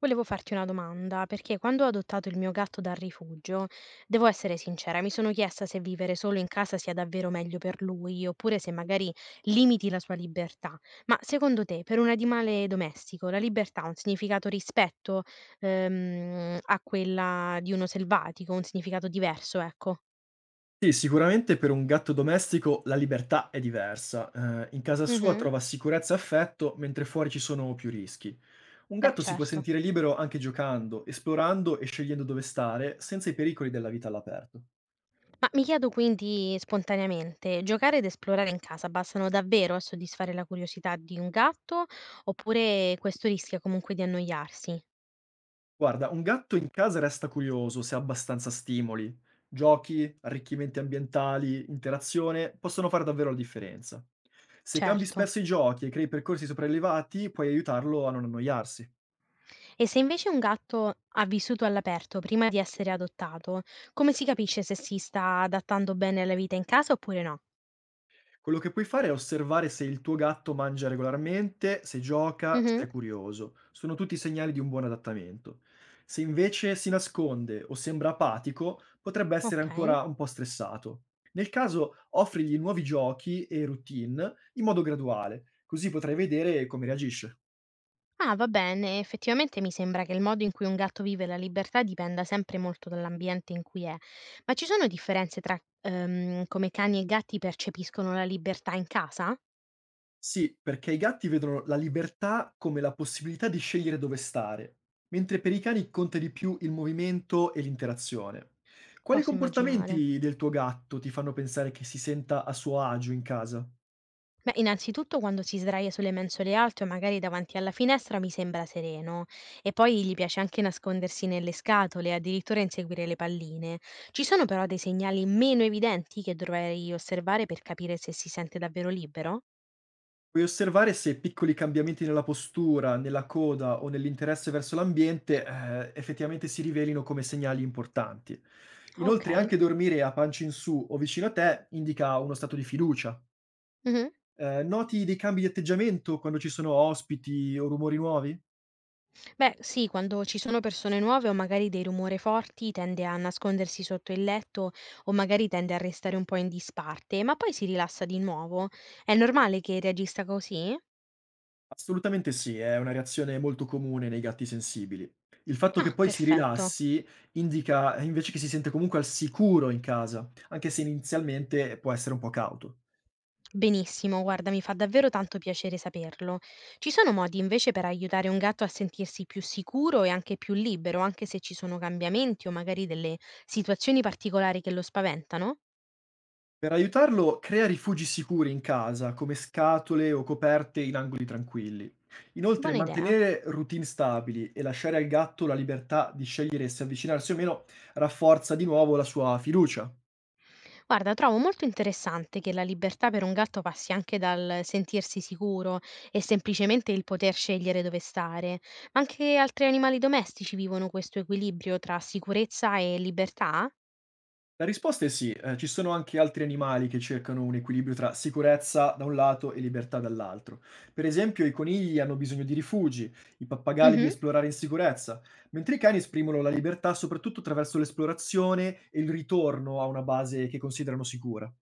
Volevo farti una domanda, perché quando ho adottato il mio gatto dal rifugio, devo essere sincera, mi sono chiesta se vivere solo in casa sia davvero meglio per lui, oppure se magari limiti la sua libertà. Ma secondo te, per un animale domestico, la libertà ha un significato rispetto, a quella di uno selvatico, un significato diverso, ecco? Sì, sicuramente per un gatto domestico la libertà è diversa. In casa sua Mh-mh. trova sicurezza e affetto, mentre fuori ci sono più rischi. Un Beh, gatto si può certo. sentire libero anche giocando, esplorando e scegliendo dove stare, senza i pericoli della vita all'aperto. Ma mi chiedo quindi spontaneamente, giocare ed esplorare in casa bastano davvero a soddisfare la curiosità di un gatto oppure questo rischia comunque di annoiarsi? Guarda, un gatto in casa resta curioso se ha abbastanza stimoli. Giochi, arricchimenti ambientali, interazione possono fare davvero la differenza. Se cambi Certo. spesso i giochi e crei percorsi sopraelevati, puoi aiutarlo a non annoiarsi. E se invece un gatto ha vissuto all'aperto prima di essere adottato, come si capisce se si sta adattando bene alla vita in casa oppure no? Quello che puoi fare è osservare se il tuo gatto mangia regolarmente, se gioca, se Mhm. è curioso. Sono tutti segnali di un buon adattamento. Se invece si nasconde o sembra apatico, potrebbe essere Ok. ancora un po' stressato. Nel caso, offrigli nuovi giochi e routine in modo graduale, così potrai vedere come reagisce. Ah, va bene, effettivamente mi sembra che il modo in cui un gatto vive la libertà dipenda sempre molto dall'ambiente in cui è. Ma ci sono differenze tra come cani e gatti percepiscono la libertà in casa? Sì, perché i gatti vedono la libertà come la possibilità di scegliere dove stare, mentre per i cani conta di più il movimento e l'interazione. Quali Posso immaginare. comportamenti del tuo gatto ti fanno pensare che si senta a suo agio in casa? Beh, innanzitutto quando si sdraia sulle mensole alte o magari davanti alla finestra mi sembra sereno e poi gli piace anche nascondersi nelle scatole, addirittura inseguire le palline. Ci sono però dei segnali meno evidenti che dovrei osservare per capire se si sente davvero libero? Puoi osservare se piccoli cambiamenti nella postura, nella coda o nell'interesse verso l'ambiente effettivamente si rivelino come segnali importanti. Ok. Inoltre anche dormire a pancia in su o vicino a te indica uno stato di fiducia. Mhm. Noti dei cambi di atteggiamento quando ci sono ospiti o rumori nuovi? Beh, sì, quando ci sono persone nuove o magari dei rumori forti tende a nascondersi sotto il letto o magari tende a restare un po' in disparte, ma poi si rilassa di nuovo. È normale che reagisca così? Assolutamente sì, è una reazione molto comune nei gatti sensibili. Il fatto che Ah, poi si perfetto. rilassi indica invece che si sente comunque al sicuro in casa, anche se inizialmente può essere un po' cauto. Benissimo, guarda, mi fa davvero tanto piacere saperlo. Ci sono modi invece per aiutare un gatto a sentirsi più sicuro e anche più libero, anche se ci sono cambiamenti o magari delle situazioni particolari che lo spaventano? Per aiutarlo, crea rifugi sicuri in casa, come scatole o coperte in angoli tranquilli. Inoltre, Buona idea. mantenere routine stabili e lasciare al gatto la libertà di scegliere se avvicinarsi o meno rafforza di nuovo la sua fiducia. Guarda, trovo molto interessante che la libertà per un gatto passi anche dal sentirsi sicuro e semplicemente il poter scegliere dove stare. Ma anche altri animali domestici vivono questo equilibrio tra sicurezza e libertà? La risposta è sì, ci sono anche altri animali che cercano un equilibrio tra sicurezza da un lato e libertà dall'altro. Per esempio, i conigli hanno bisogno di rifugi, i pappagalli di Mhm. esplorare in sicurezza, mentre i cani esprimono la libertà soprattutto attraverso l'esplorazione e il ritorno a una base che considerano sicura.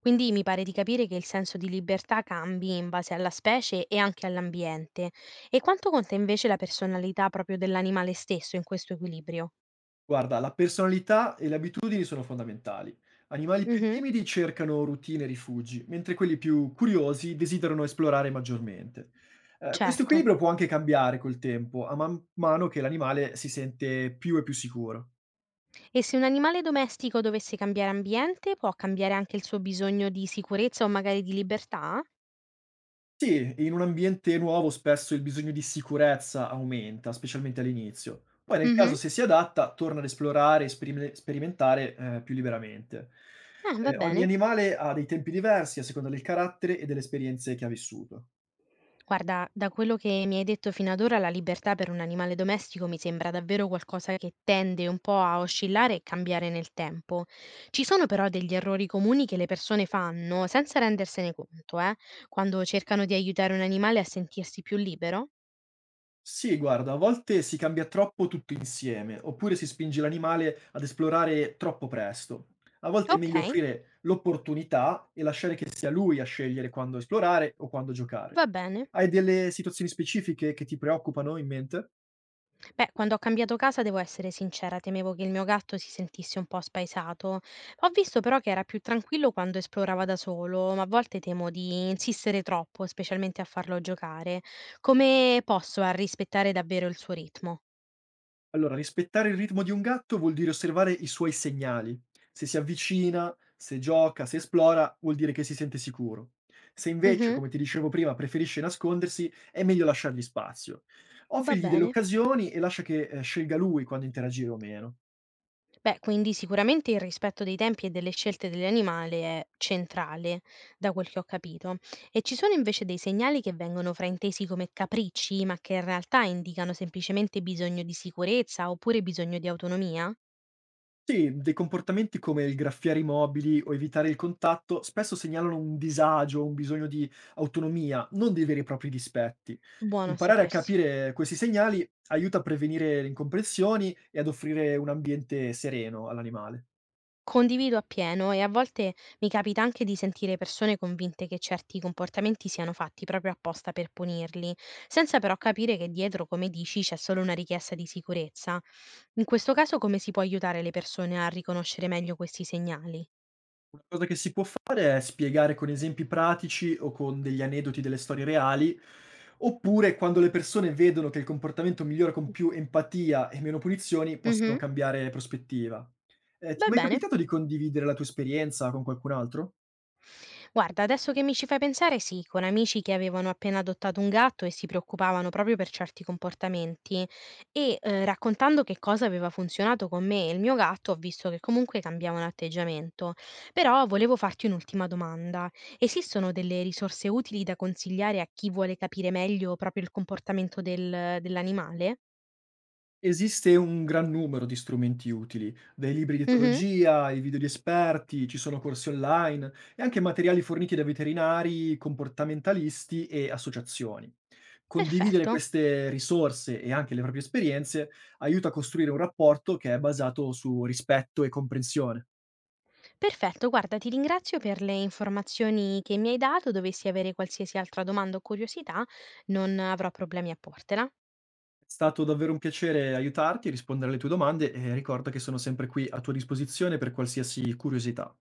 Quindi mi pare di capire che il senso di libertà cambi in base alla specie e anche all'ambiente. E quanto conta invece la personalità proprio dell'animale stesso in questo equilibrio? Guarda, la personalità e le abitudini sono fondamentali. Animali più Mhm. timidi cercano routine e rifugi, mentre quelli più curiosi desiderano esplorare maggiormente. Questo Certo. equilibrio può anche cambiare col tempo, a man mano che l'animale si sente più e più sicuro. E se un animale domestico dovesse cambiare ambiente, può cambiare anche il suo bisogno di sicurezza o magari di libertà? Sì, in un ambiente nuovo spesso il bisogno di sicurezza aumenta, specialmente all'inizio. Poi nel caso Mhm. se si adatta, torna ad esplorare e sperimentare più liberamente. Va Ogni bene. animale ha dei tempi diversi a seconda del carattere e delle esperienze che ha vissuto. Guarda, da quello che mi hai detto fino ad ora, la libertà per un animale domestico mi sembra davvero qualcosa che tende un po' a oscillare e cambiare nel tempo. Ci sono però degli errori comuni che le persone fanno senza rendersene conto, quando cercano di aiutare un animale a sentirsi più libero? Sì, guarda, a volte si cambia troppo tutto insieme, oppure si spinge l'animale ad esplorare troppo presto. A volte è Ok, meglio offrire l'opportunità e lasciare che sia lui a scegliere quando esplorare o quando giocare. va bene. Hai delle situazioni specifiche che ti preoccupano in mente? Beh, quando ho cambiato casa, devo essere sincera, temevo che il mio gatto si sentisse un po' spaesato. Ho visto però che era più tranquillo quando esplorava da solo, ma a volte temo di insistere troppo, specialmente a farlo giocare. Come posso a rispettare davvero il suo ritmo? Allora, rispettare il ritmo di un gatto vuol dire osservare i suoi segnali. Se si avvicina, se gioca, se esplora, vuol dire che si sente sicuro. Se invece, Mhm, come ti dicevo prima, preferisce nascondersi, è meglio lasciargli spazio. va Offrigli delle bene. occasioni e lascia che scelga lui quando interagire o meno. Beh, quindi sicuramente il rispetto dei tempi e delle scelte dell'animale è centrale, da quel che ho capito. E ci sono invece dei segnali che vengono fraintesi come capricci, ma che in realtà indicano semplicemente bisogno di sicurezza oppure bisogno di autonomia? Sì, dei comportamenti come il graffiare i mobili o evitare il contatto spesso segnalano un disagio, un bisogno di autonomia, non dei veri e propri dispetti. Buono a Imparare a sapersi. capire questi segnali aiuta a prevenire le incomprensioni e ad offrire un ambiente sereno all'animale. Condivido appieno e a volte mi capita anche di sentire persone convinte che certi comportamenti siano fatti proprio apposta per punirli, senza però capire che dietro, come dici, c'è solo una richiesta di sicurezza. In questo caso, come si può aiutare le persone a riconoscere meglio questi segnali? Una cosa che si può fare è spiegare con esempi pratici o con degli aneddoti delle storie reali, oppure quando le persone vedono che il comportamento migliora con più empatia e meno punizioni, possono Mhm. cambiare prospettiva. Ti è Va mai bene. capitato di condividere la tua esperienza con qualcun altro? Guarda, adesso che mi ci fai pensare, sì, con amici che avevano appena adottato un gatto e si preoccupavano proprio per certi comportamenti e raccontando che cosa aveva funzionato con me e il mio gatto, ho visto che comunque cambiavano atteggiamento. Però volevo farti un'ultima domanda. Esistono delle risorse utili da consigliare a chi vuole capire meglio proprio il comportamento dell'animale? Esiste un gran numero di strumenti utili, dai libri di Mhm, etologia ai video di esperti, ci sono corsi online e anche materiali forniti da veterinari, comportamentalisti e associazioni. Condividere perfetto. queste risorse e anche le proprie esperienze aiuta a costruire un rapporto che è basato su rispetto e comprensione. Perfetto, guarda, ti ringrazio per le informazioni che mi hai dato. Dovessi avere qualsiasi altra domanda o curiosità, non avrò problemi a portela. È stato davvero un piacere aiutarti e rispondere alle tue domande e ricorda che sono sempre qui a tua disposizione per qualsiasi curiosità.